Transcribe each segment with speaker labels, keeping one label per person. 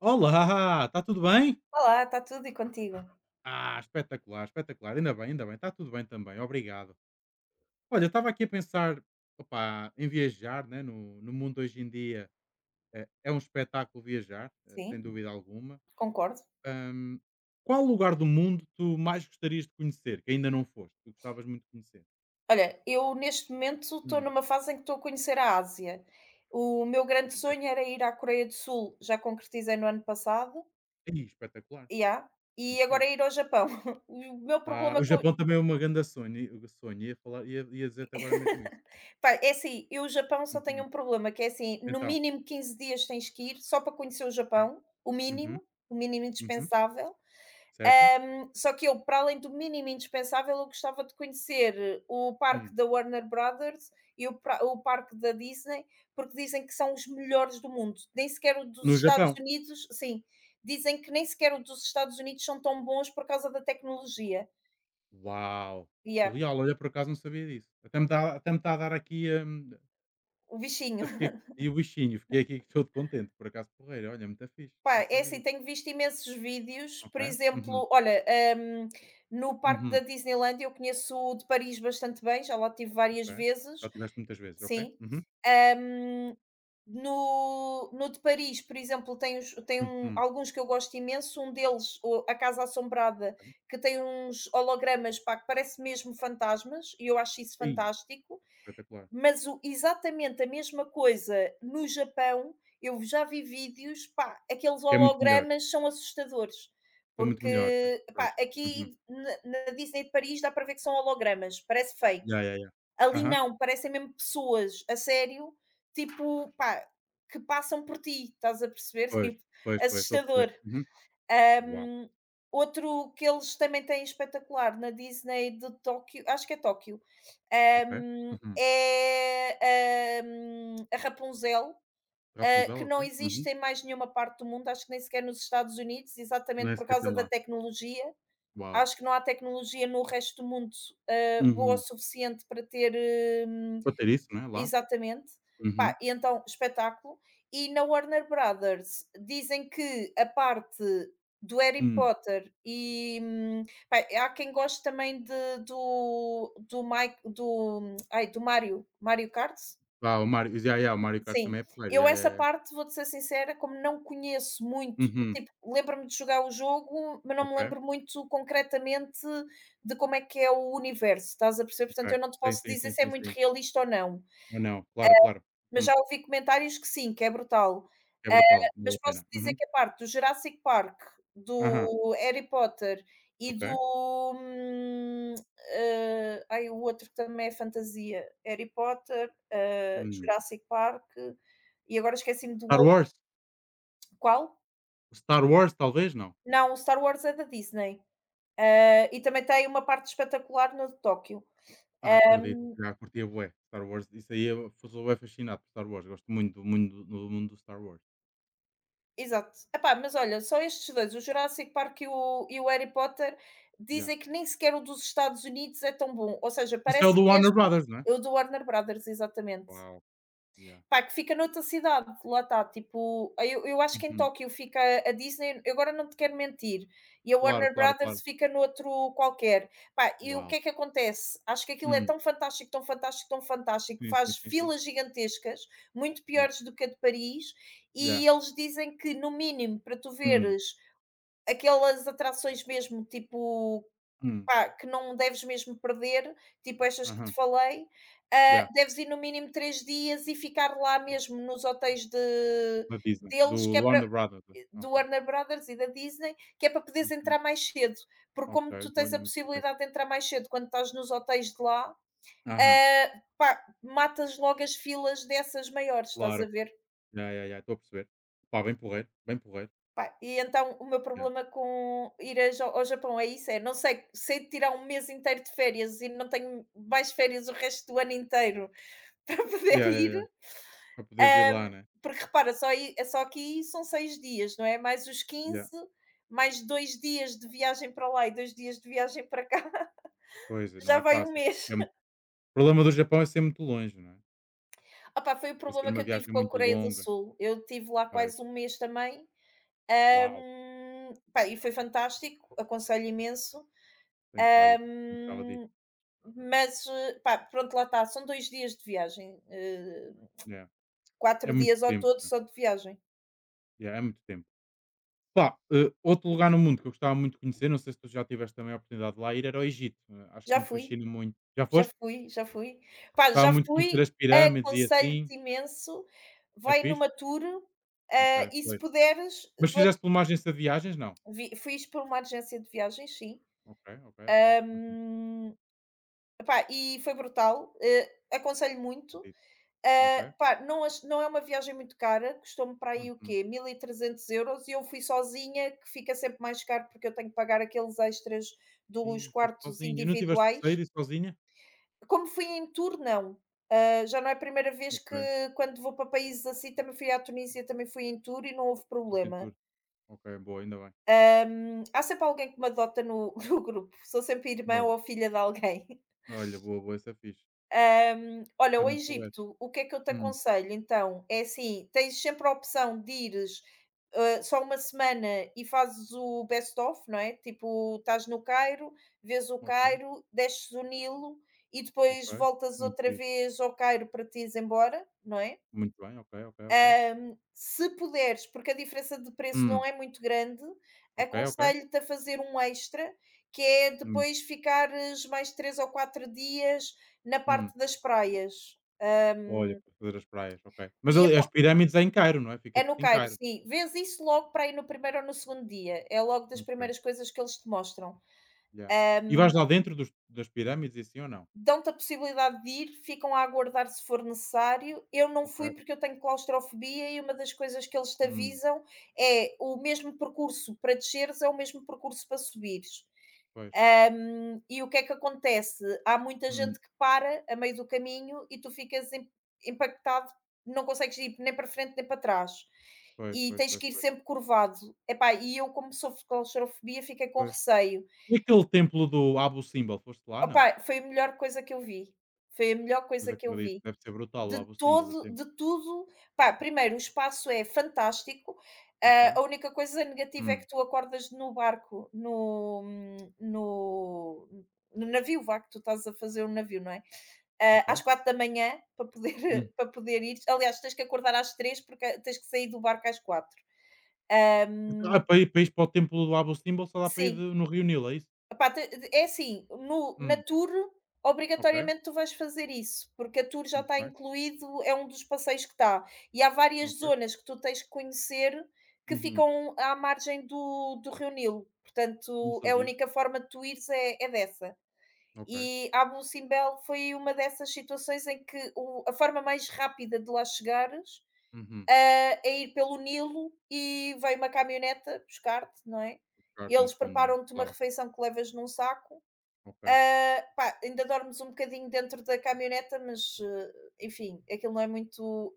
Speaker 1: Olá, está tudo bem?
Speaker 2: Olá, está tudo e contigo?
Speaker 1: Ah, espetacular, espetacular. Ainda bem, ainda bem. Está tudo bem também, obrigado. Olha, estava aqui a pensar opá, em viajar, né? No mundo hoje em dia é um espetáculo viajar, sem
Speaker 2: Sim,
Speaker 1: dúvida alguma.
Speaker 2: concordo.
Speaker 1: Ahm, qual lugar do mundo tu mais gostarias de conhecer, que ainda não foste, que gostavas muito de conhecer?
Speaker 2: Olha, eu neste momento estou
Speaker 1: Hum,
Speaker 2: numa fase em que estou a conhecer a Ásia. O meu grande sonho era ir à Coreia do Sul, já concretizei no ano passado,
Speaker 1: ih, espetacular,
Speaker 2: yeah, e
Speaker 1: muito
Speaker 2: agora é
Speaker 1: fixe.
Speaker 2: ir ao Japão. O meu
Speaker 1: Ah,
Speaker 2: problema
Speaker 1: o
Speaker 2: com.
Speaker 1: Japão também é uma grande sonho, sonho. Ia dizer-te agora mesmo isso.
Speaker 2: Pá, é assim, eu o Japão só tenho
Speaker 1: Uhum.
Speaker 2: um problema, que é assim, no
Speaker 1: Então,
Speaker 2: mínimo 15 dias tens que ir só para conhecer o
Speaker 1: né?
Speaker 2: Japão,
Speaker 1: Uhum,
Speaker 2: o mínimo
Speaker 1: uhum,
Speaker 2: indispensável.
Speaker 1: certo?
Speaker 2: Só que eu, para além do mínimo indispensável, eu gostava de conhecer o parque
Speaker 1: Hum.
Speaker 2: da Warner Brothers e o parque da Disney, porque dizem que são os melhores do mundo. Nem sequer o dos
Speaker 1: No
Speaker 2: Estados
Speaker 1: Japão?
Speaker 2: Unidos, sim, dizem que nem sequer o dos Estados Unidos são tão bons por causa da tecnologia.
Speaker 1: Uau!
Speaker 2: E é
Speaker 1: Surreal, olha, por acaso não sabia disso. Até me dá até me está a dar aqui,
Speaker 2: o bichinho.
Speaker 1: eu fiquei e o bichinho, fiquei aqui todo contente, por acaso porreiro, olha, muito fixe, não
Speaker 2: Pá, é assim,
Speaker 1: sabia.
Speaker 2: tenho visto imensos vídeos, por
Speaker 1: Ok. Uhum,
Speaker 2: exemplo, olha, no parque da
Speaker 1: uhum,
Speaker 2: Disneyland eu conheço o de Paris bastante bem, já lá estive várias
Speaker 1: ok.
Speaker 2: vezes,
Speaker 1: Já tiveste muitas vezes, ok.
Speaker 2: sim.
Speaker 1: Uhum,
Speaker 2: Ahm, no de Paris, por exemplo, tem
Speaker 1: uhum,
Speaker 2: alguns que eu gosto imenso, um deles, o A Casa Assombrada,
Speaker 1: ok.
Speaker 2: que tem uns hologramas, pá, que parece mesmo fantasmas e eu acho isso
Speaker 1: Aí,
Speaker 2: fantástico,
Speaker 1: espetacular.
Speaker 2: mas o exatamente a mesma coisa no Japão, eu já vi vídeos, pá, aqueles
Speaker 1: Que é muito melhor,
Speaker 2: hologramas são assustadores,
Speaker 1: são muito melhores, né.
Speaker 2: porque,
Speaker 1: Pois.
Speaker 2: pá,
Speaker 1: Uhum.
Speaker 2: aqui na Disney de Paris dá para ver que são hologramas, parece fake.
Speaker 1: Já, já, já.
Speaker 2: Ali
Speaker 1: Aham.
Speaker 2: não, parecem mesmo pessoas, a sério, tipo, pá, que passam por ti, estás a perceber?
Speaker 1: Pois,
Speaker 2: Tipo,
Speaker 1: pois, pois, estou a perceber.
Speaker 2: assustador.
Speaker 1: Uhum. Uau,
Speaker 2: Ahm, Outro que eles também têm espetacular na Disney de Tóquio, acho que é Tóquio,
Speaker 1: ok. Uhum.
Speaker 2: é a Rapunzel, ah, que
Speaker 1: Rapunzel,
Speaker 2: não
Speaker 1: ok.
Speaker 2: existe
Speaker 1: Uhum.
Speaker 2: em mais nenhuma parte do mundo, acho que nem sequer nos Estados Unidos, exatamente
Speaker 1: Nem
Speaker 2: por
Speaker 1: sequer
Speaker 2: causa
Speaker 1: tem
Speaker 2: da
Speaker 1: lá.
Speaker 2: tecnologia.
Speaker 1: Uau.
Speaker 2: Acho que não há tecnologia no resto do mundo ah, boa o
Speaker 1: Uhum.
Speaker 2: suficiente para ter. hum,
Speaker 1: Para ter isso, não é, lá?
Speaker 2: Exatamente.
Speaker 1: Uhum.
Speaker 2: Pá, e então, espetáculo. E na Warner Brothers dizem que a parte do Harry
Speaker 1: Hum.
Speaker 2: Potter e pá, há quem goste também de, do Mike do, ai, do Mario, Mario Kart?
Speaker 1: Ah, o Mario, yeah, yeah, o Mario Kart
Speaker 2: Sim,
Speaker 1: também é porreiro.
Speaker 2: eu
Speaker 1: Yeah,
Speaker 2: essa
Speaker 1: yeah, yeah.
Speaker 2: parte vou-te ser sincera, como não conheço muito,
Speaker 1: Uhum.
Speaker 2: tipo, lembro-me de jogar o jogo, mas não me
Speaker 1: Ok,
Speaker 2: lembro muito concretamente de como é que é o universo, estás a perceber? Portanto, eu
Speaker 1: ok.
Speaker 2: não te
Speaker 1: Sim,
Speaker 2: posso
Speaker 1: sim,
Speaker 2: dizer
Speaker 1: sim,
Speaker 2: se é
Speaker 1: sim,
Speaker 2: muito
Speaker 1: sim.
Speaker 2: realista ou não.
Speaker 1: Ou não, claro, claro.
Speaker 2: Mas
Speaker 1: Hum.
Speaker 2: já ouvi comentários que sim, que é brutal.
Speaker 1: É
Speaker 2: Ah,
Speaker 1: brutal, vale
Speaker 2: mas
Speaker 1: a
Speaker 2: posso
Speaker 1: pena.
Speaker 2: dizer
Speaker 1: Uhum.
Speaker 2: que a parte do Jurassic Park,
Speaker 1: Aham,
Speaker 2: do Harry Potter e
Speaker 1: ok.
Speaker 2: do, ah, ai, o outro que também é fantasia, Harry Potter, ah,
Speaker 1: Hum.
Speaker 2: Jurassic Park e agora esqueci-me do
Speaker 1: Star
Speaker 2: outro,
Speaker 1: Wars?
Speaker 2: qual?
Speaker 1: Star Wars talvez? Não.
Speaker 2: Não, o Star Wars é da Disney. Ah, e também tem uma parte espetacular no de Tóquio.
Speaker 1: Ah,
Speaker 2: Ah,
Speaker 1: acredito. Já curtia bué. Star Wars, isso aí eu f sou bué fascinado por Star Wars. Gosto muito do mundo do mundo do Star Wars.
Speaker 2: exato. Epá, mas olha, só estes 2 o Jurassic Park e o Harry Potter,
Speaker 1: Yeah.
Speaker 2: dizem que nem sequer o dos Estados Unidos é tão bom, ou seja,
Speaker 1: Isso é o
Speaker 2: parece
Speaker 1: do Warner
Speaker 2: mesmo
Speaker 1: Brothers, não é?
Speaker 2: o do Warner Brothers, exatamente.
Speaker 1: Uau, yeah.
Speaker 2: Pá, que fica noutra cidade, lá está, tipo, eu acho que em
Speaker 1: Uhum.
Speaker 2: Tóquio fica a Disney, eu agora não te quero mentir, e a
Speaker 1: Claro,
Speaker 2: Warner
Speaker 1: claro,
Speaker 2: Brothers
Speaker 1: claro.
Speaker 2: fica noutro qualquer. Pá, e o que
Speaker 1: Uau.
Speaker 2: é que acontece? Acho que aquilo é
Speaker 1: Hum.
Speaker 2: tão fantástico, tão fantástico, tão fantástico, que
Speaker 1: Sim, sim,
Speaker 2: faz
Speaker 1: sim, sim.
Speaker 2: filas gigantescas, muito
Speaker 1: Yeah,
Speaker 2: piores do que a de Paris,
Speaker 1: yeah.
Speaker 2: e eles dizem que, no mínimo, para tu
Speaker 1: Hum,
Speaker 2: veres aquelas atrações mesmo, tipo,
Speaker 1: hum.
Speaker 2: pá, que não deves mesmo perder, tipo estas que te
Speaker 1: Aham.
Speaker 2: falei, ah,
Speaker 1: Yeah.
Speaker 2: deves ir no mínimo 3 dias e ficar lá mesmo nos hotéis de
Speaker 1: Na Disney,
Speaker 2: deles, que
Speaker 1: do
Speaker 2: é para
Speaker 1: Warner Brothers, né? Ah,
Speaker 2: do
Speaker 1: ok.
Speaker 2: Warner Brothers e da Disney, que é para poderes entrar
Speaker 1: Uhum.
Speaker 2: mais cedo, porque
Speaker 1: Ok,
Speaker 2: como tu tens a
Speaker 1: olha, muito porreiro.
Speaker 2: possibilidade de entrar mais cedo quando estás nos hotéis de lá,
Speaker 1: Aham,
Speaker 2: ah, pá, matas logo as filas dessas maiores, estás a
Speaker 1: claro.
Speaker 2: ver?
Speaker 1: Já, já, já, estou a perceber. Pá, bem porreiro, bem porreiro.
Speaker 2: Pá, e então o meu
Speaker 1: já,
Speaker 2: problema com ir a Ja ao Japão é isso, é não sei, sei tirar um mês inteiro de férias e não tenho mais férias o resto do ano inteiro para poder
Speaker 1: já, já,
Speaker 2: ir,
Speaker 1: ya, para poderes ir
Speaker 2: hã,
Speaker 1: lá, né.
Speaker 2: porque repara, só aí é só aqui são 6 dias, não é? Mais os
Speaker 1: já,
Speaker 2: 15 mais 2 dias de viagem para lá e 2 dias de viagem para cá,
Speaker 1: Pois, não
Speaker 2: já
Speaker 1: é
Speaker 2: vai um
Speaker 1: fácil. É
Speaker 2: mês.
Speaker 1: muito O problema do Japão é ser muito longe, não é?
Speaker 2: Opá, foi o
Speaker 1: É ser
Speaker 2: problema que
Speaker 1: uma
Speaker 2: eu tive
Speaker 1: viagem
Speaker 2: com a
Speaker 1: muito
Speaker 2: Coreia do
Speaker 1: longa.
Speaker 2: Sul, eu tive lá
Speaker 1: Pois.
Speaker 2: quase um mês também,
Speaker 1: Uau,
Speaker 2: pá, e foi fantástico, aconselho imenso,
Speaker 1: tenho que lá ir. Não gostava de ir.
Speaker 2: hã mas, eh, pá, pronto, lá está, são 2 dias de viagem, eh,
Speaker 1: Ya. É
Speaker 2: 4
Speaker 1: muito
Speaker 2: dias ao
Speaker 1: tempo,
Speaker 2: todo
Speaker 1: né.
Speaker 2: só de viagem.
Speaker 1: Ya, é muito tempo. Pá, outro lugar no mundo que eu gostava muito de conhecer, não sei se tu já tiveste também a oportunidade de lá ir, era o Egito. Acho que
Speaker 2: Já
Speaker 1: me
Speaker 2: fui,
Speaker 1: fascina muito. Já
Speaker 2: já
Speaker 1: foste?
Speaker 2: fui, já fui. Pá,
Speaker 1: Gostava
Speaker 2: já
Speaker 1: muito de conhecer as
Speaker 2: fui,
Speaker 1: pirâmides e assim.
Speaker 2: aconselho-te imenso,
Speaker 1: É
Speaker 2: vai
Speaker 1: fixe?
Speaker 2: numa tour,
Speaker 1: Ok,
Speaker 2: eh, e se
Speaker 1: pois.
Speaker 2: puderes,
Speaker 1: Mas
Speaker 2: vou-te
Speaker 1: fizeste filmagens de viagens? Não?
Speaker 2: vi fui isto por uma agência de viagens, sim.
Speaker 1: Ok, ok, ok. Uhum,
Speaker 2: Hum, Epá, e foi brutal, eh, aconselho muito.
Speaker 1: acredito.
Speaker 2: Ah,
Speaker 1: Ok.
Speaker 2: pá, não é uma viagem muito cara, custou-me para aí o
Speaker 1: Uhum.
Speaker 2: quê? 1.300 euros e eu fui sozinha, que fica sempre mais caro, porque eu tenho que pagar aqueles extras dos
Speaker 1: Ih, foste
Speaker 2: quartos
Speaker 1: sozinha. Não tiveste
Speaker 2: individuais.
Speaker 1: receio de ir sozinha?
Speaker 2: Como fui em tour, não. Ah, já não é a primeira vez que
Speaker 1: Ok.
Speaker 2: quando vou para países assim, também fui à Tunísia, também fui em tour e não houve
Speaker 1: Foste em
Speaker 2: problema.
Speaker 1: tour. Ok, boa, ainda bem.
Speaker 2: Há sempre alguém que me adota no no grupo, sou sempre irmã
Speaker 1: Olha,
Speaker 2: ou filha de alguém.
Speaker 1: olha, boa, boa, isso é fixe.
Speaker 2: Olha,
Speaker 1: Isso é
Speaker 2: o
Speaker 1: muito porreiro.
Speaker 2: Egito, o que é que eu te
Speaker 1: Hum,
Speaker 2: aconselho então? É assim, tens sempre a opção de ires, só uma semana e fazes o best of, não é? Tipo, estás no Cairo, vês o
Speaker 1: ok,
Speaker 2: Cairo, desces o Nilo e depois
Speaker 1: ok.
Speaker 2: voltas
Speaker 1: Muito
Speaker 2: outra
Speaker 1: fixe.
Speaker 2: vez ao Cairo para te ires embora, não é?
Speaker 1: Muito bem, ok, ok, ok.
Speaker 2: Se puderes, porque a diferença de preço não
Speaker 1: Hum,
Speaker 2: é muito grande,
Speaker 1: ok, ok.
Speaker 2: aconselho-te a fazer um extra, que é
Speaker 1: Hum,
Speaker 2: depois ficares mais 3 ou 4 dias na
Speaker 1: hum.
Speaker 2: parte das praias.
Speaker 1: Olha, para fazer as praias, ok. Mas
Speaker 2: E
Speaker 1: ali, as pirâmides é em Cairo, não é? Fica
Speaker 2: É
Speaker 1: tudo
Speaker 2: no
Speaker 1: em
Speaker 2: Cairo,
Speaker 1: Cairo.
Speaker 2: sim. Vês isso logo para ir no primeiro ou no segundo dia, é logo das
Speaker 1: Ok.
Speaker 2: primeiras coisas que eles te mostram.
Speaker 1: Ya. E vais lá dentro dos das pirâmides e assim ou não?
Speaker 2: Dão-te a possibilidade de ir, ficam a aguardar se for necessário. Eu não fui
Speaker 1: Ok.
Speaker 2: porque eu tenho claustrofobia e uma das coisas que eles te
Speaker 1: Hum,
Speaker 2: avisam é o mesmo percurso para desceres é o mesmo percurso para subires.
Speaker 1: pois.
Speaker 2: E o que é que acontece? Há muita
Speaker 1: Hum,
Speaker 2: gente que para a meio do caminho e tu ficas impactado, não consegues ir nem para frente nem para trás.
Speaker 1: pois,
Speaker 2: E
Speaker 1: pois,
Speaker 2: tens
Speaker 1: pois,
Speaker 2: que ir
Speaker 1: pois,
Speaker 2: sempre curvado. Epá, e eu, como sofro de claustrofobia, fiquei com
Speaker 1: pois.
Speaker 2: receio.
Speaker 1: E aquele templo do Abu Simbel, foste lá? Não?
Speaker 2: Opá, foi a melhor coisa que eu vi, foi a melhor
Speaker 1: Pois
Speaker 2: coisa que eu
Speaker 1: acredito,
Speaker 2: vi,
Speaker 1: deve ser brutal o Abu Simbel, o templo.
Speaker 2: de tudo. Pá, primeiro o espaço é fantástico,
Speaker 1: Ok.
Speaker 2: ah, a única coisa negativa é
Speaker 1: Hum,
Speaker 2: que tu acordas no barco, no no no navio, vá, que tu estás a fazer o navio, não é? Ah, às
Speaker 1: ok.
Speaker 2: 4h para poder
Speaker 1: Hum.
Speaker 2: para poder ir aliás, tens que acordar às 3 porque tens que sair do barco às 4. H
Speaker 1: Então, ah, para ires para o templo do Abu Simbel só dá para ir de
Speaker 2: Sim.
Speaker 1: no rio Nilo, é isso?
Speaker 2: Epá, te de é assim, no na
Speaker 1: Hum,
Speaker 2: tour,
Speaker 1: ok.
Speaker 2: obrigatoriamente tu vais fazer isso, porque a tour já
Speaker 1: Muito
Speaker 2: está
Speaker 1: bem.
Speaker 2: incluído, é um dos passeios que está. E há várias
Speaker 1: Ok.
Speaker 2: zonas que tu tens que conhecer, que
Speaker 1: Uhum.
Speaker 2: ficam à margem do rio Nilo,
Speaker 1: Não
Speaker 2: portanto, é a
Speaker 1: sabia.
Speaker 2: única forma de tu ires é dessa.
Speaker 1: Ok.
Speaker 2: E Abu Simbel foi uma dessas situações em que o a forma mais rápida de lá chegares,
Speaker 1: Uhum.
Speaker 2: ah, é ir pelo Nilo e vem uma caminhoneta buscar-te, não é.
Speaker 1: Tocar-te no
Speaker 2: Eles
Speaker 1: fundo, né?
Speaker 2: preparam-te uma
Speaker 1: Claro.
Speaker 2: refeição que levas num saco,
Speaker 1: Ok.
Speaker 2: ah, pá, ainda dormes um bocadinho dentro da camioneta mas, eh, enfim, aquilo não é muito,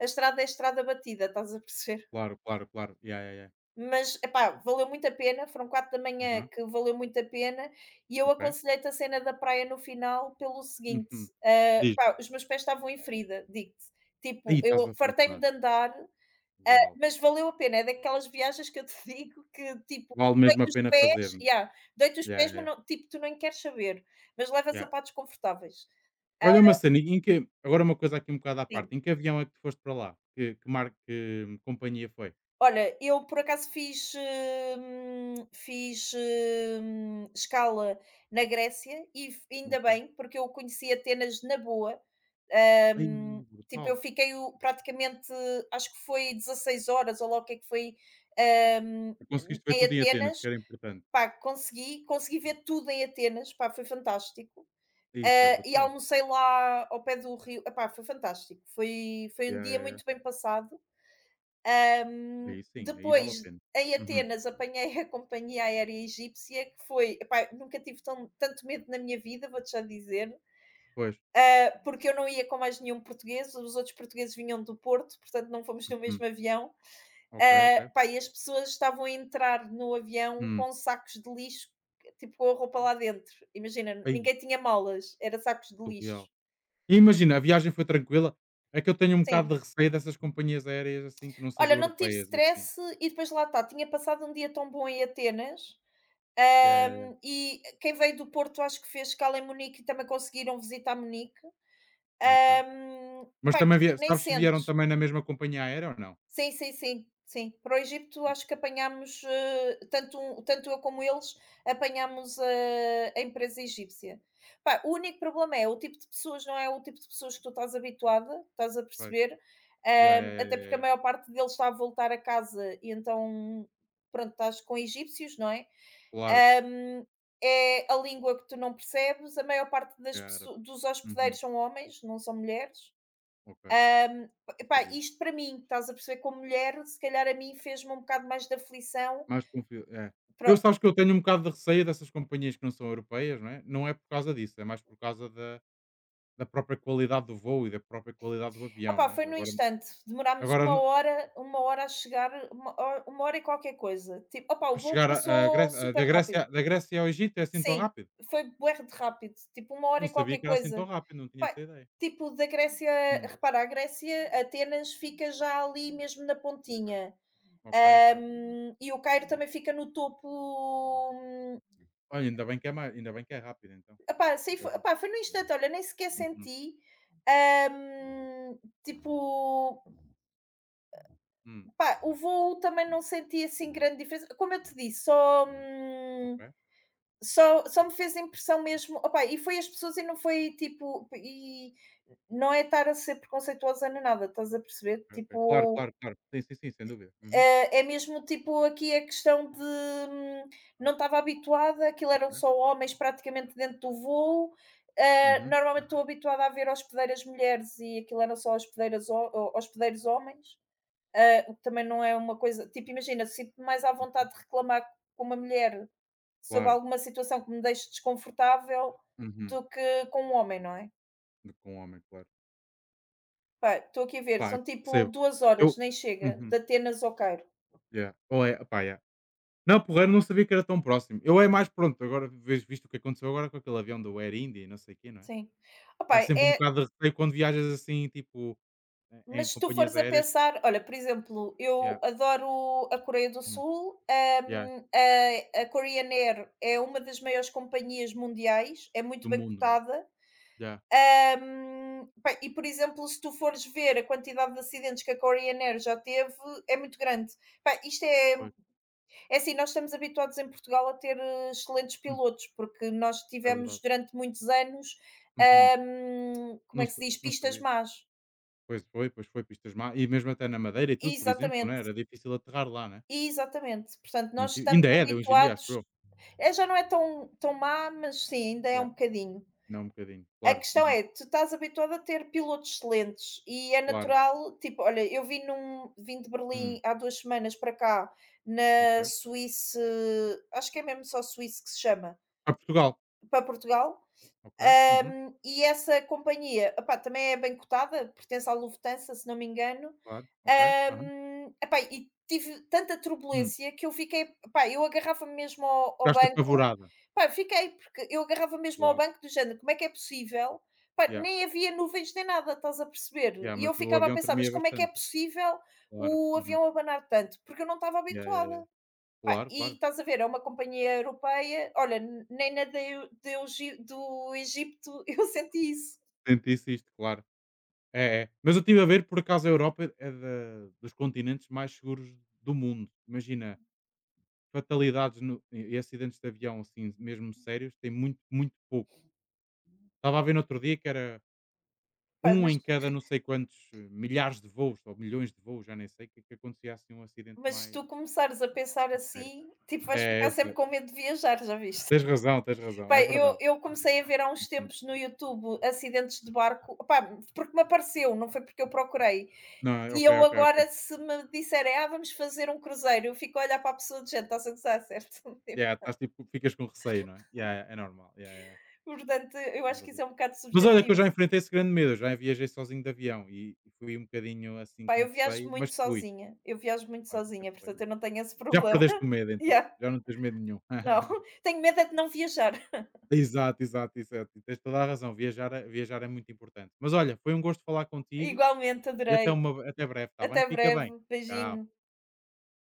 Speaker 2: a estrada é estrada batida, estás a perceber?
Speaker 1: Claro, claro, claro. Yeah, yeah, yeah.
Speaker 2: Mas, epá, valeu muito a pena, foram 4 da manhã
Speaker 1: Aham.
Speaker 2: que valeu muito a pena, e eu
Speaker 1: Ok.
Speaker 2: aconselhei-te a cena da praia no final pelo seguinte.
Speaker 1: Uhum.
Speaker 2: Ah,
Speaker 1: diz
Speaker 2: pá, os meus pés estavam em ferida, digo-te, tipo,
Speaker 1: Aí estás
Speaker 2: eu
Speaker 1: a
Speaker 2: fartei-me
Speaker 1: funcionar.
Speaker 2: de andar, ah,
Speaker 1: Uau!
Speaker 2: mas valeu a pena, é daquelas viagens que eu te digo que, tipo,
Speaker 1: Vale
Speaker 2: deito
Speaker 1: mesmo a
Speaker 2: os
Speaker 1: pena
Speaker 2: pés,
Speaker 1: fazer, né?
Speaker 2: yeah, deito os
Speaker 1: Yeah,
Speaker 2: pés,
Speaker 1: yeah,
Speaker 2: mas
Speaker 1: yeah.
Speaker 2: não, tipo, tu nem queres saber, mas leva
Speaker 1: Yeah.
Speaker 2: sapatos confortáveis.
Speaker 1: Olha uma cena, em que agora uma coisa aqui um bocado à
Speaker 2: Sim.
Speaker 1: parte, em que avião é que tu foste para lá? Que marca, que companhia foi?
Speaker 2: Olha, eu por acaso fiz, escala na Grécia e f ainda
Speaker 1: Ok.
Speaker 2: bem, porque eu conheci Atenas na boa.
Speaker 1: Ai,
Speaker 2: Tipo, eu
Speaker 1: brutal!
Speaker 2: fiquei o praticamente acho que foi 16 horas ou lá o que é que foi, hum,
Speaker 1: E conseguiste ver
Speaker 2: em
Speaker 1: tudo em Atenas,
Speaker 2: Atenas.
Speaker 1: que era importante.
Speaker 2: Pá, consegui ver tudo em Atenas, pá, foi fantástico.
Speaker 1: Isso é
Speaker 2: Eh, e
Speaker 1: brutal.
Speaker 2: almocei lá ao pé do rio, epá, foi fantástico, foi um
Speaker 1: Yeah,
Speaker 2: dia
Speaker 1: yeah, yeah.
Speaker 2: muito bem passado.
Speaker 1: Aí sim, aí vale a
Speaker 2: Depois,
Speaker 1: pena.
Speaker 2: em
Speaker 1: Uhum.
Speaker 2: Atenas, apanhei a companhia aérea egípcia, que foi, epá, nunca tive tanto medo na minha vida, vou-te já dizer,
Speaker 1: Pois.
Speaker 2: eh, porque eu não ia com mais nenhum português, os outros portugueses vinham do Porto, portanto não fomos no
Speaker 1: Uhum.
Speaker 2: mesmo avião.
Speaker 1: Ok,
Speaker 2: Ah,
Speaker 1: ok.
Speaker 2: pá, e as pessoas estavam a entrar no avião
Speaker 1: Hum.
Speaker 2: com sacos de lixo, tipo, com a roupa lá dentro. Imagina,
Speaker 1: Aí,
Speaker 2: ninguém tinha malas, era sacos de lixo.
Speaker 1: surreal. E imagina, a viagem foi tranquila? É que eu tenho um
Speaker 2: Sim.
Speaker 1: bocado de receio dessas companhias aéreas assim que não
Speaker 2: Olha,
Speaker 1: sejam
Speaker 2: não tive
Speaker 1: europeias e assim.
Speaker 2: stress e depois lá está, tinha passado um dia tão bom em Atenas,
Speaker 1: Yeah, yeah, yeah.
Speaker 2: e quem veio do Porto acho que fez escala em Munique e também conseguiram visitar Munique.
Speaker 1: Ok.
Speaker 2: Ahm,
Speaker 1: Mas
Speaker 2: Pá,
Speaker 1: também vie
Speaker 2: nem
Speaker 1: sabes se vieram
Speaker 2: sentes.
Speaker 1: também na mesma companhia aérea ou não?
Speaker 2: Sim, sim, sim, sim. Para o Egito acho que apanhámos, tanto um tanto eu como eles, apanhámos a empresa egípcia. Pá, o único problema é o tipo de pessoas, não é o tipo de pessoas que tu estás habituada, estás a
Speaker 1: Pois.
Speaker 2: perceber?
Speaker 1: Ya, ya,
Speaker 2: Hã,
Speaker 1: ya,
Speaker 2: até
Speaker 1: ya,
Speaker 2: porque a
Speaker 1: ya.
Speaker 2: maior parte deles está a voltar a casa e então, pronto, estás com egípcios, não é?
Speaker 1: Claro,
Speaker 2: Hã, é a língua que tu não percebes, a maior parte
Speaker 1: porque
Speaker 2: das
Speaker 1: é árabe.
Speaker 2: pesso dos hospedeiros
Speaker 1: Uhum.
Speaker 2: são homens, não são mulheres.
Speaker 1: Ok,
Speaker 2: Hum,
Speaker 1: não
Speaker 2: epá,
Speaker 1: sabia.
Speaker 2: isto para mim, estás a perceber, como mulher, se calhar a mim fez-me um bocado mais de aflição.
Speaker 1: Mais confio é. Eu
Speaker 2: Pronto,
Speaker 1: sabes que eu tenho um bocado de receio dessas companhias que não são europeias, não é? Não é por causa disso, é mais por causa da própria qualidade do voo e da própria qualidade do avião,
Speaker 2: opá,
Speaker 1: né?
Speaker 2: foi no
Speaker 1: Agora
Speaker 2: instante, demorámos
Speaker 1: no
Speaker 2: uma hora a chegar, uma hora e qualquer coisa. Tipo, opá, o
Speaker 1: a
Speaker 2: voo
Speaker 1: chegar a
Speaker 2: passou
Speaker 1: Grécia a
Speaker 2: super
Speaker 1: da Grécia
Speaker 2: rápido.
Speaker 1: ao Egito é assim tão
Speaker 2: Sim,
Speaker 1: rápido?
Speaker 2: foi bué de rápido, tipo uma hora
Speaker 1: Não
Speaker 2: e
Speaker 1: sabia
Speaker 2: qualquer
Speaker 1: que era assim tão
Speaker 2: coisa.
Speaker 1: rápido, não tinha
Speaker 2: Pá,
Speaker 1: essa ideia.
Speaker 2: tipo, da Grécia,
Speaker 1: Hum,
Speaker 2: repara, a Grécia, Atenas fica já ali mesmo na
Speaker 1: ok,
Speaker 2: pontinha.
Speaker 1: ok, ok. Ok.
Speaker 2: E o Cairo também fica no topo,
Speaker 1: Olha, ainda bem que é rápido então.
Speaker 2: epá, sei
Speaker 1: Está
Speaker 2: foi
Speaker 1: bom.
Speaker 2: epá, foi no instante, olha, nem sequer
Speaker 1: Uhum.
Speaker 2: senti, hum, tipo,
Speaker 1: Hum.
Speaker 2: pá, o voo também não senti, assim, grande diferença. Como eu te disse, só,
Speaker 1: Ok, ok,
Speaker 2: só me fez impressão mesmo opá, e foi as pessoas e não foi, tipo, e não é estar a ser preconceituosa nem nada, estás a perceber?
Speaker 1: ok. Claro,
Speaker 2: Tipo
Speaker 1: claro, claro. Sim, sim, sim, sem dúvida. Uhum,
Speaker 2: É mesmo tipo aqui a questão de não estava habituada, aquilo eram
Speaker 1: ok.
Speaker 2: só homens praticamente dentro do voo.
Speaker 1: Uhum,
Speaker 2: Normalmente estou habituada a ver hospedeiras mulheres e aquilo eram só hospedeiras, hospedeiros homens. O que também não é uma coisa. Tipo, imagina, sinto-me mais à
Speaker 1: uhum.
Speaker 2: vontade de reclamar com uma mulher sobre
Speaker 1: Claro.
Speaker 2: alguma situação que me deixe desconfortável
Speaker 1: Uhum.
Speaker 2: do que com um homem, não é?
Speaker 1: Do que um homem, claro.
Speaker 2: Pá, estou aqui a ver,
Speaker 1: Pá, eu
Speaker 2: são tipo
Speaker 1: percebo.
Speaker 2: duas
Speaker 1: Eu
Speaker 2: horas, nem chega,
Speaker 1: Uhum,
Speaker 2: de Atenas ao Cairo.
Speaker 1: yeah. Ou é pá, yeah. Não, porreiro, não sabia que era tão próximo. Eu é mais pronto, agora vês visto o que aconteceu agora com aquele avião do Air India e não sei o quê, não é?
Speaker 2: Sim.
Speaker 1: Dá
Speaker 2: Opá,
Speaker 1: sempre um
Speaker 2: é.
Speaker 1: bocado de receio quando viajas assim, tipo, em
Speaker 2: Mas se tu
Speaker 1: companhias
Speaker 2: fores a
Speaker 1: aéreas.
Speaker 2: pensar, olha, por exemplo,
Speaker 1: Yeah.
Speaker 2: eu adoro a Coreia do
Speaker 1: Hum,
Speaker 2: Sul,
Speaker 1: yeah.
Speaker 2: a Korean Air é uma das maiores companhias mundiais, é muito
Speaker 1: Do
Speaker 2: bem
Speaker 1: mundo, não é?
Speaker 2: cotada.
Speaker 1: Yeah,
Speaker 2: Pá, e, por exemplo, se tu fores ver a quantidade de acidentes que a Korean Air já teve, é muito grande. Pá, isto é,
Speaker 1: pois.
Speaker 2: é assim, nós estamos habituados em Portugal a ter excelentes
Speaker 1: Hum,
Speaker 2: pilotos, porque nós
Speaker 1: é
Speaker 2: tivemos
Speaker 1: verdade.
Speaker 2: durante muitos anos,
Speaker 1: Uhum.
Speaker 2: como
Speaker 1: Não
Speaker 2: é que
Speaker 1: sa
Speaker 2: se diz,
Speaker 1: não
Speaker 2: pistas
Speaker 1: sabia.
Speaker 2: más.
Speaker 1: Pois foi, pistas má e mesmo até na Madeira e tudo, por exemplo, não é,
Speaker 2: Exatamente.
Speaker 1: era difícil aterrar lá, né,
Speaker 2: Exatamente, portanto, nós estamos
Speaker 1: ainda é de hoje em dia, acho
Speaker 2: habituados.
Speaker 1: eu.
Speaker 2: É já não é tão má, mas sim, ainda é
Speaker 1: Yeah,
Speaker 2: um bocadinho.
Speaker 1: não, um bocadinho,
Speaker 2: A
Speaker 1: claro,
Speaker 2: questão
Speaker 1: uhum,
Speaker 2: é, tu estás habituado a ter pilotos excelentes e é
Speaker 1: claro,
Speaker 2: natural, tipo, olha, eu vim num vim de Berlim
Speaker 1: hum,
Speaker 2: há 2 semanas para cá,
Speaker 1: ok.
Speaker 2: na Suíça, acho que é mesmo só Suíça que se chama,
Speaker 1: A Portugal?
Speaker 2: para Portugal,
Speaker 1: Ok, uhum,
Speaker 2: hã, e essa companhia, opá, também é bem cotada, pertence à Lufthansa, se não me engano.
Speaker 1: claro, ok, aham,
Speaker 2: Epá, e tive tanta
Speaker 1: hum,
Speaker 2: turbulência que eu fiquei, pá, eu agarrava-me mesmo ao
Speaker 1: ficaste
Speaker 2: banco,
Speaker 1: apavorada?
Speaker 2: pá, fiquei, porque eu agarrava mesmo ao
Speaker 1: Claro,
Speaker 2: banco do género, como é que é possível? Pá,
Speaker 1: yeah,
Speaker 2: nem havia nuvens nem nada, estás a perceber?
Speaker 1: yeah,
Speaker 2: E
Speaker 1: mas
Speaker 2: eu
Speaker 1: o
Speaker 2: ficava a
Speaker 1: avião
Speaker 2: pensar, mas
Speaker 1: tremia
Speaker 2: como é que é
Speaker 1: bastante,
Speaker 2: possível
Speaker 1: claro,
Speaker 2: o
Speaker 1: uhum,
Speaker 2: avião abanar tanto? Porque eu não estava
Speaker 1: yeah, yeah, yeah,
Speaker 2: habituada. Pá,
Speaker 1: claro,
Speaker 2: e
Speaker 1: claro,
Speaker 2: estás a ver, é uma companhia europeia, olha, n- nem na de- do, Egi- do Egito eu senti isso.
Speaker 1: sentisse isto, claro. É, mas eu estive a ver, por acaso, a Europa é da dos continentes mais seguros do mundo, imagina fatalidades no e acidentes de avião, assim, mesmo sérios, tem muito, muito poucos. Estava a ver no outro dia que era
Speaker 2: Pá,
Speaker 1: um
Speaker 2: mas
Speaker 1: em cada não sei quantos milhares de voos ou milhões de voos, já nem sei, que acontecia assim um acidente
Speaker 2: Mas se
Speaker 1: mais
Speaker 2: tu começares a pensar
Speaker 1: mais sério.
Speaker 2: assim, tipo, vais
Speaker 1: É,
Speaker 2: ficar
Speaker 1: eu
Speaker 2: sempre
Speaker 1: sei.
Speaker 2: com medo de viajar, já viste?
Speaker 1: Tens razão,
Speaker 2: Pá,
Speaker 1: é
Speaker 2: eu,
Speaker 1: verdade.
Speaker 2: eu comecei a ver há uns
Speaker 1: Uhum.
Speaker 2: tempos no YouTube acidentes de barco, pá, porque me apareceu, não foi porque eu procurei.
Speaker 1: Não, é
Speaker 2: E
Speaker 1: ok,
Speaker 2: eu
Speaker 1: ok,
Speaker 2: agora,
Speaker 1: ok.
Speaker 2: se me disserem, ah, vamos fazer um cruzeiro, eu fico a olhar para a pessoa de gente, está a gozar, certo? Tipo,
Speaker 1: Yeah, estás tipo ficas com receio, não é? Yeah, yeah, é normal. Yeah, yeah,
Speaker 2: portanto, eu
Speaker 1: tens
Speaker 2: acho que isso
Speaker 1: razão.
Speaker 2: é um bocado
Speaker 1: Mas olha que eu
Speaker 2: subjetivo.
Speaker 1: já enfrentei esse grande medo, eu já viajei sozinho de avião e fui um bocadinho assim
Speaker 2: Pá,
Speaker 1: com
Speaker 2: eu viajo
Speaker 1: receio, mas
Speaker 2: muito
Speaker 1: fui.
Speaker 2: sozinha, eu viajo muito
Speaker 1: Olha, isso é
Speaker 2: sozinha,
Speaker 1: porreiro.
Speaker 2: portanto, eu não tenho esse
Speaker 1: Já
Speaker 2: problema.
Speaker 1: perdeste o medo então,
Speaker 2: Yeah,
Speaker 1: já não tens medo nenhum.
Speaker 2: não, tenho medo é de não viajar.
Speaker 1: Exato, exato, exato. E tens toda a razão, viajar é muito importante. Mas olha, foi um gosto falar contigo
Speaker 2: Igualmente,
Speaker 1: e
Speaker 2: adorei.
Speaker 1: até breve, tá bem?
Speaker 2: Até
Speaker 1: Fica bem.
Speaker 2: breve,
Speaker 1: Tchau.
Speaker 2: beijinho.